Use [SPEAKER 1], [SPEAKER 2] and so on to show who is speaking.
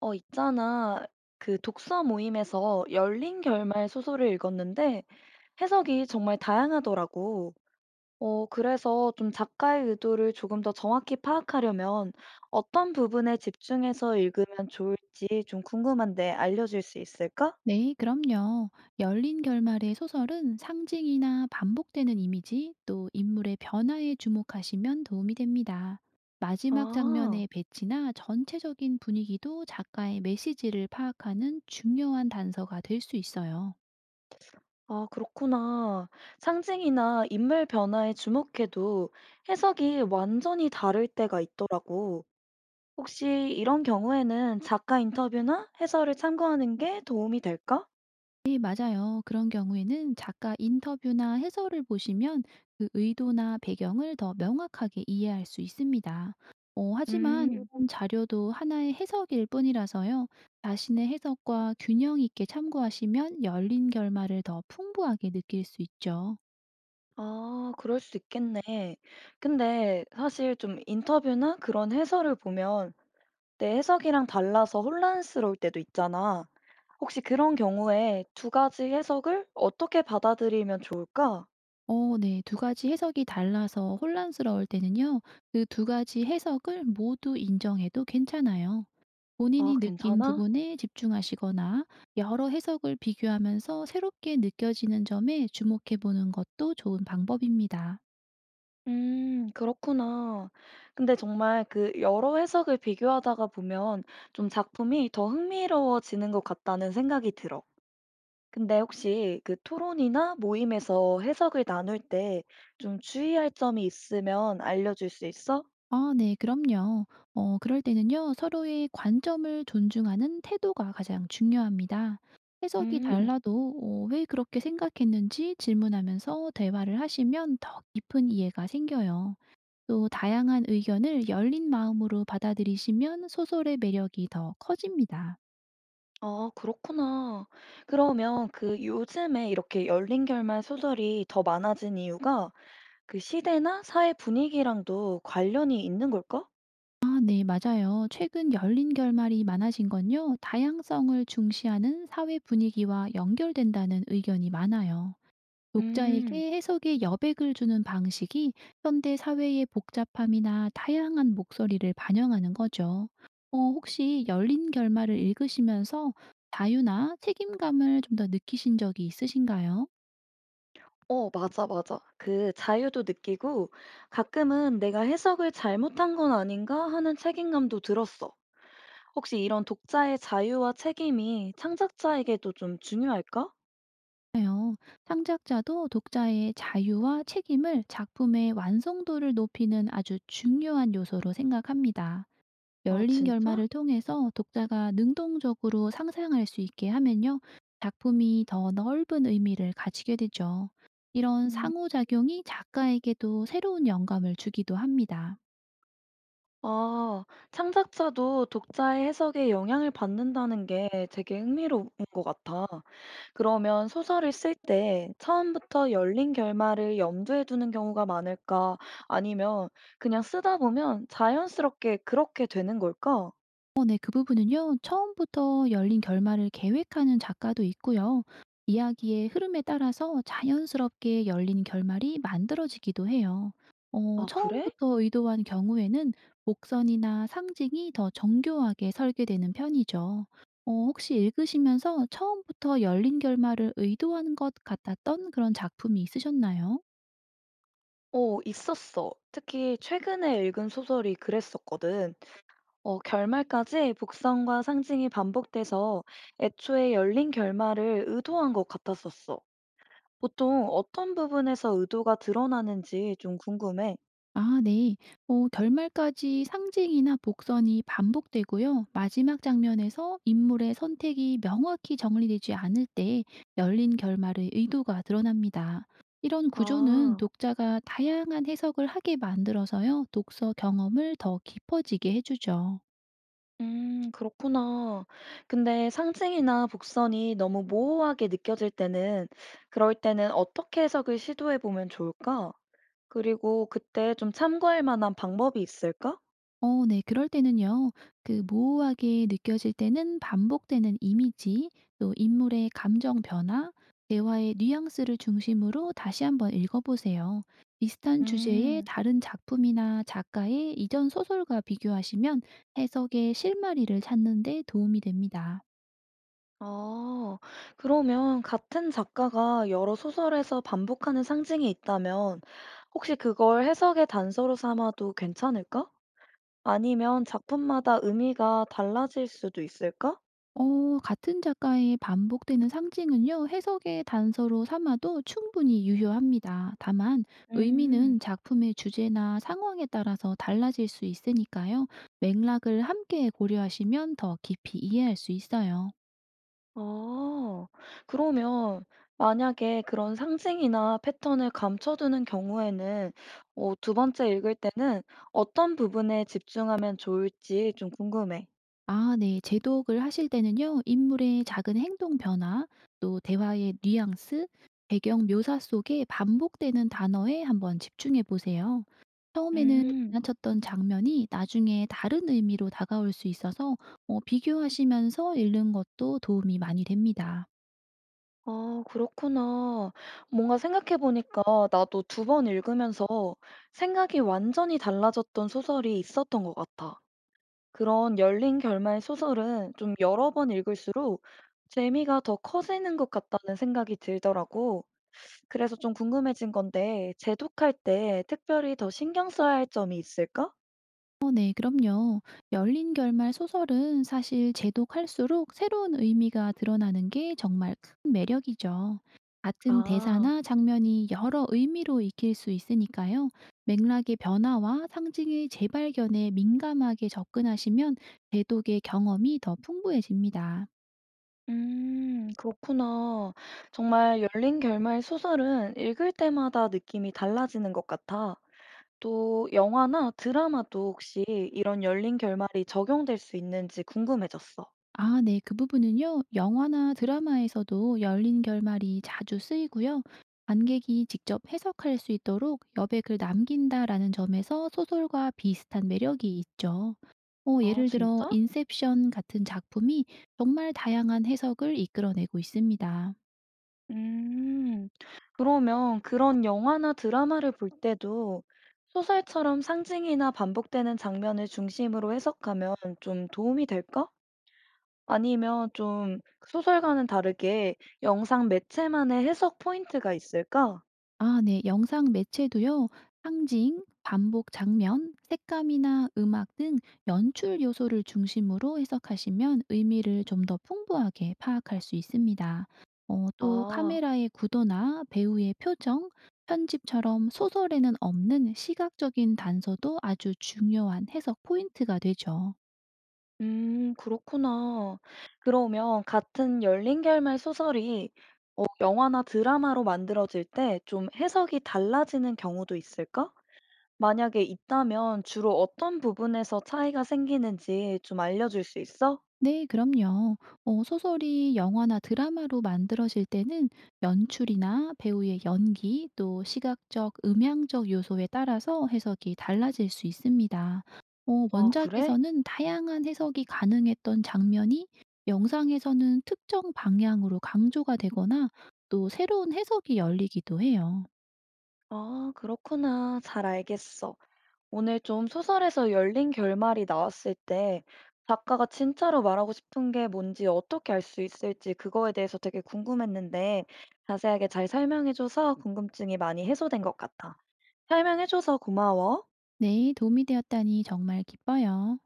[SPEAKER 1] 있잖아. 그 독서 모임에서 열린 결말 소설을 읽었는데 해석이 정말 다양하더라고. 그래서 좀 작가의 의도를 조금 더 정확히 파악하려면 어떤 부분에 집중해서 읽으면 좋을지 좀 궁금한데 알려줄 수 있을까?
[SPEAKER 2] 네, 그럼요. 열린 결말의 소설은 상징이나 반복되는 이미지, 또 인물의 변화에 주목하시면 도움이 됩니다. 마지막
[SPEAKER 1] 아,
[SPEAKER 2] 장면의 배치나 전체적인 분위기도 작가의 메시지를 파악하는 중요한 단서가 될 수 있어요.
[SPEAKER 1] 아, 그렇구나. 상징이나 인물 변화에 주목해도 해석이 완전히 다를 때가 있더라고. 혹시 이런 경우에는 작가 인터뷰나 해설을 참고하는 게 도움이 될까?
[SPEAKER 2] 네, 맞아요. 그런 경우에는 작가 인터뷰나 해설을 보시면 그 의도나 배경을 더 명확하게 이해할 수 있습니다. 하지만
[SPEAKER 1] 음,
[SPEAKER 2] 이런 자료도 하나의 해석일 뿐이라서요. 자신의 해석과 균형 있게 참고하시면 열린 결말을 더 풍부하게 느낄 수 있죠.
[SPEAKER 1] 아, 그럴 수 있겠네. 근데 사실 좀 인터뷰나 그런 해설을 보면 내 해석이랑 달라서 혼란스러울 때도 있잖아. 혹시 그런 경우에 두 가지 해석을 어떻게 받아들이면 좋을까?
[SPEAKER 2] 네. 두 가지 해석이 달라서 혼란스러울 때는요. 그 두 가지 해석을 모두 인정해도 괜찮아요.
[SPEAKER 1] 아,
[SPEAKER 2] 본인이 느낀
[SPEAKER 1] 괜찮아?
[SPEAKER 2] 부분에 집중하시거나 여러 해석을 비교하면서 새롭게 느껴지는 점에 주목해 보는 것도 좋은 방법입니다.
[SPEAKER 1] 음, 그렇구나. 근데 정말 그 여러 해석을 비교하다가 보면 좀 작품이 더 흥미로워지는 것 같다는 생각이 들어. 근데 혹시 그 토론이나 모임에서 해석을 나눌 때 좀 주의할 점이 있으면 알려줄 수 있어?
[SPEAKER 2] 아, 네, 그럼요. 그럴 때는요, 서로의 관점을 존중하는 태도가 가장 중요합니다. 해석이
[SPEAKER 1] 음,
[SPEAKER 2] 달라도 왜 그렇게 생각했는지 질문하면서 대화를 하시면 더 깊은 이해가 생겨요. 또 다양한 의견을 열린 마음으로 받아들이시면 소설의 매력이 더 커집니다.
[SPEAKER 1] 아, 그렇구나. 그러면 그 요즘에 이렇게 열린 결말 소설이 더 많아진 이유가 그 시대나 사회 분위기랑도 관련이 있는 걸까?
[SPEAKER 2] 아, 네, 맞아요. 최근 열린 결말이 많아진 건요, 다양성을 중시하는 사회 분위기와 연결된다는 의견이 많아요.
[SPEAKER 1] 음.
[SPEAKER 2] 독자에게 해석의 여백을 주는 방식이 현대 사회의 복잡함이나 다양한 목소리를 반영하는 거죠. 혹시 열린 결말을 읽으시면서 자유나 책임감을 좀 더 느끼신 적이 있으신가요?
[SPEAKER 1] 어, 맞아, 맞아. 그 자유도 느끼고 가끔은 '내가 해석을 잘못한 건 아닌가?' 하는 책임감도 들었어. 혹시 이런 독자의 자유와 책임이 창작자에게도 좀 중요할까?
[SPEAKER 2] 맞아요. 창작자도 독자의 자유와 책임을 작품의 완성도를 높이는 아주 중요한 요소로 생각합니다.
[SPEAKER 1] 아,
[SPEAKER 2] 열린
[SPEAKER 1] 진짜?
[SPEAKER 2] 결말을 통해서 독자가 능동적으로 상상할 수 있게 하면요. 작품이 더 넓은 의미를 가지게 되죠. 이런
[SPEAKER 1] 음.
[SPEAKER 2] 상호작용이 작가에게도 새로운 영감을 주기도 합니다.
[SPEAKER 1] 아, 창작자도 독자의 해석에 영향을 받는다는 게 되게 흥미로운 것 같아. 그러면 소설을 쓸 때 처음부터 열린 결말을 염두에 두는 경우가 많을까? 아니면 그냥 쓰다 보면 자연스럽게 그렇게 되는 걸까?
[SPEAKER 2] 네. 그 부분은요. 처음부터 열린 결말을 계획하는 작가도 있고요. 이야기의 흐름에 따라서 자연스럽게 열린 결말이 만들어지기도 해요.
[SPEAKER 1] 아, 그래?
[SPEAKER 2] 처음부터 의도한 경우에는 복선이나 상징이 더 정교하게 설계되는 편이죠. 혹시 읽으시면서 처음부터 열린 결말을 의도한 것 같았던 그런 작품이 있으셨나요?
[SPEAKER 1] 있었어. 특히 최근에 읽은 소설이 그랬었거든. 결말까지 복선과 상징이 반복돼서 애초에 열린 결말을 의도한 것 같았었어. 보통 어떤 부분에서 의도가 드러나는지 좀 궁금해.
[SPEAKER 2] 아 네. 결말까지 상징이나 복선이 반복되고요. 마지막 장면에서 인물의 선택이 명확히 정리되지 않을 때 열린 결말의 의도가 드러납니다. 이런 구조는
[SPEAKER 1] 아,
[SPEAKER 2] 독자가 다양한 해석을 하게 만들어서요. 독서 경험을 더 깊어지게 해주죠.
[SPEAKER 1] 그렇구나. 근데 상징이나 복선이 너무 모호하게 느껴질 때는, 그럴 때는 어떻게 해석을 시도해 보면 좋을까? 그리고 그때 좀 참고할 만한 방법이 있을까?
[SPEAKER 2] 네. 그럴 때는요. 그 모호하게 느껴질 때는 반복되는 이미지, 또 인물의 감정 변화, 대화의 뉘앙스를 중심으로 다시 한번 읽어보세요. 비슷한 주제의
[SPEAKER 1] 음,
[SPEAKER 2] 다른 작품이나 작가의 이전 소설과 비교하시면 해석의 실마리를 찾는 데 도움이 됩니다.
[SPEAKER 1] 아, 그러면 같은 작가가 여러 소설에서 반복하는 상징이 있다면, 혹시 그걸 해석의 단서로 삼아도 괜찮을까? 아니면 작품마다 의미가 달라질 수도 있을까?
[SPEAKER 2] 같은 작가의 반복되는 상징은요, 해석의 단서로 삼아도 충분히 유효합니다. 다만, 의미는
[SPEAKER 1] 음,
[SPEAKER 2] 작품의 주제나 상황에 따라서 달라질 수 있으니까요, 맥락을 함께 고려하시면 더 깊이 이해할 수 있어요.
[SPEAKER 1] 아, 그러면 만약에 그런 상징이나 패턴을 감춰두는 경우에는 두 번째 읽을 때는 어떤 부분에 집중하면 좋을지 좀 궁금해.
[SPEAKER 2] 아 네. 제독을 하실 때는요. 인물의 작은 행동 변화, 또 대화의 뉘앙스, 배경 묘사 속에 반복되는 단어에 한번 집중해 보세요. 처음에는
[SPEAKER 1] 음,
[SPEAKER 2] 지나쳤던 장면이 나중에 다른 의미로 다가올 수 있어서 비교하시면서 읽는 것도 도움이 많이 됩니다.
[SPEAKER 1] 아, 그렇구나. 뭔가 생각해보니까 나도 두 번 읽으면서 생각이 완전히 달라졌던 소설이 있었던 것 같아. 그런 열린 결말 소설은 좀 여러 번 읽을수록 재미가 더 커지는 것 같다는 생각이 들더라고. 그래서 좀 궁금해진 건데, 재독할 때 특별히 더 신경 써야 할 점이 있을까?
[SPEAKER 2] 어, 네, 그럼요. 열린 결말 소설은 사실 제독할수록 새로운 의미가 드러나는 게 정말 큰 매력이죠. 같은
[SPEAKER 1] 아,
[SPEAKER 2] 대사나 장면이 여러 의미로 익힐 수 있으니까요. 맥락의 변화와 상징의 재발견에 민감하게 접근하시면 제독의 경험이 더 풍부해집니다.
[SPEAKER 1] 그렇구나. 정말 열린 결말 소설은 읽을 때마다 느낌이 달라지는 것 같아. 또 영화나 드라마도 혹시 이런 열린 결말이 적용될 수 있는지 궁금해졌어.
[SPEAKER 2] 아, 네. 그 부분은요. 영화나 드라마에서도 열린 결말이 자주 쓰이고요. 관객이 직접 해석할 수 있도록 여백을 남긴다라는 점에서 소설과 비슷한 매력이 있죠.
[SPEAKER 1] 아,
[SPEAKER 2] 예를 들어
[SPEAKER 1] 진짜?
[SPEAKER 2] 인셉션 같은 작품이 정말 다양한 해석을 이끌어내고 있습니다.
[SPEAKER 1] 음. 그러면 그런 영화나 드라마를 볼 때도 소설처럼 상징이나 반복되는 장면을 중심으로 해석하면 좀 도움이 될까? 아니면 좀 그 소설과는 다르게 영상 매체만의 해석 포인트가 있을까?
[SPEAKER 2] 아, 네. 영상 매체도요, 상징, 반복 장면, 색감이나 음악 등 연출 요소를 중심으로 해석하시면 의미를 좀 더 풍부하게 파악할 수 있습니다. 또
[SPEAKER 1] 아,
[SPEAKER 2] 카메라의 구도나 배우의 표정, 편집처럼 소설에는 없는 시각적인 단서도 아주 중요한 해석 포인트가 되죠.
[SPEAKER 1] 그렇구나. 그러면 같은 열린 결말 소설이 영화나 드라마로 만들어질 때 좀 해석이 달라지는 경우도 있을까? 만약에 있다면 주로 어떤 부분에서 차이가 생기는지 좀 알려줄 수 있어?
[SPEAKER 2] 네, 그럼요. 소설이 영화나 드라마로 만들어질 때는 연출이나 배우의 연기, 또 시각적, 음향적 요소에 따라서 해석이 달라질 수 있습니다.
[SPEAKER 1] 아, 그래?
[SPEAKER 2] 원작에서는 다양한 해석이 가능했던 장면이 영상에서는 특정 방향으로 강조가 되거나 또 새로운 해석이 열리기도 해요.
[SPEAKER 1] 아, 그렇구나. 잘 알겠어. 오늘 좀 소설에서 열린 결말이 나왔을 때 작가가 진짜로 말하고 싶은 게 뭔지 어떻게 알 수 있을지 그거에 대해서 되게 궁금했는데 자세하게 잘 설명해줘서 궁금증이 많이 해소된 것 같아. 설명해줘서 고마워.
[SPEAKER 2] 네, 도움이 되었다니 정말 기뻐요.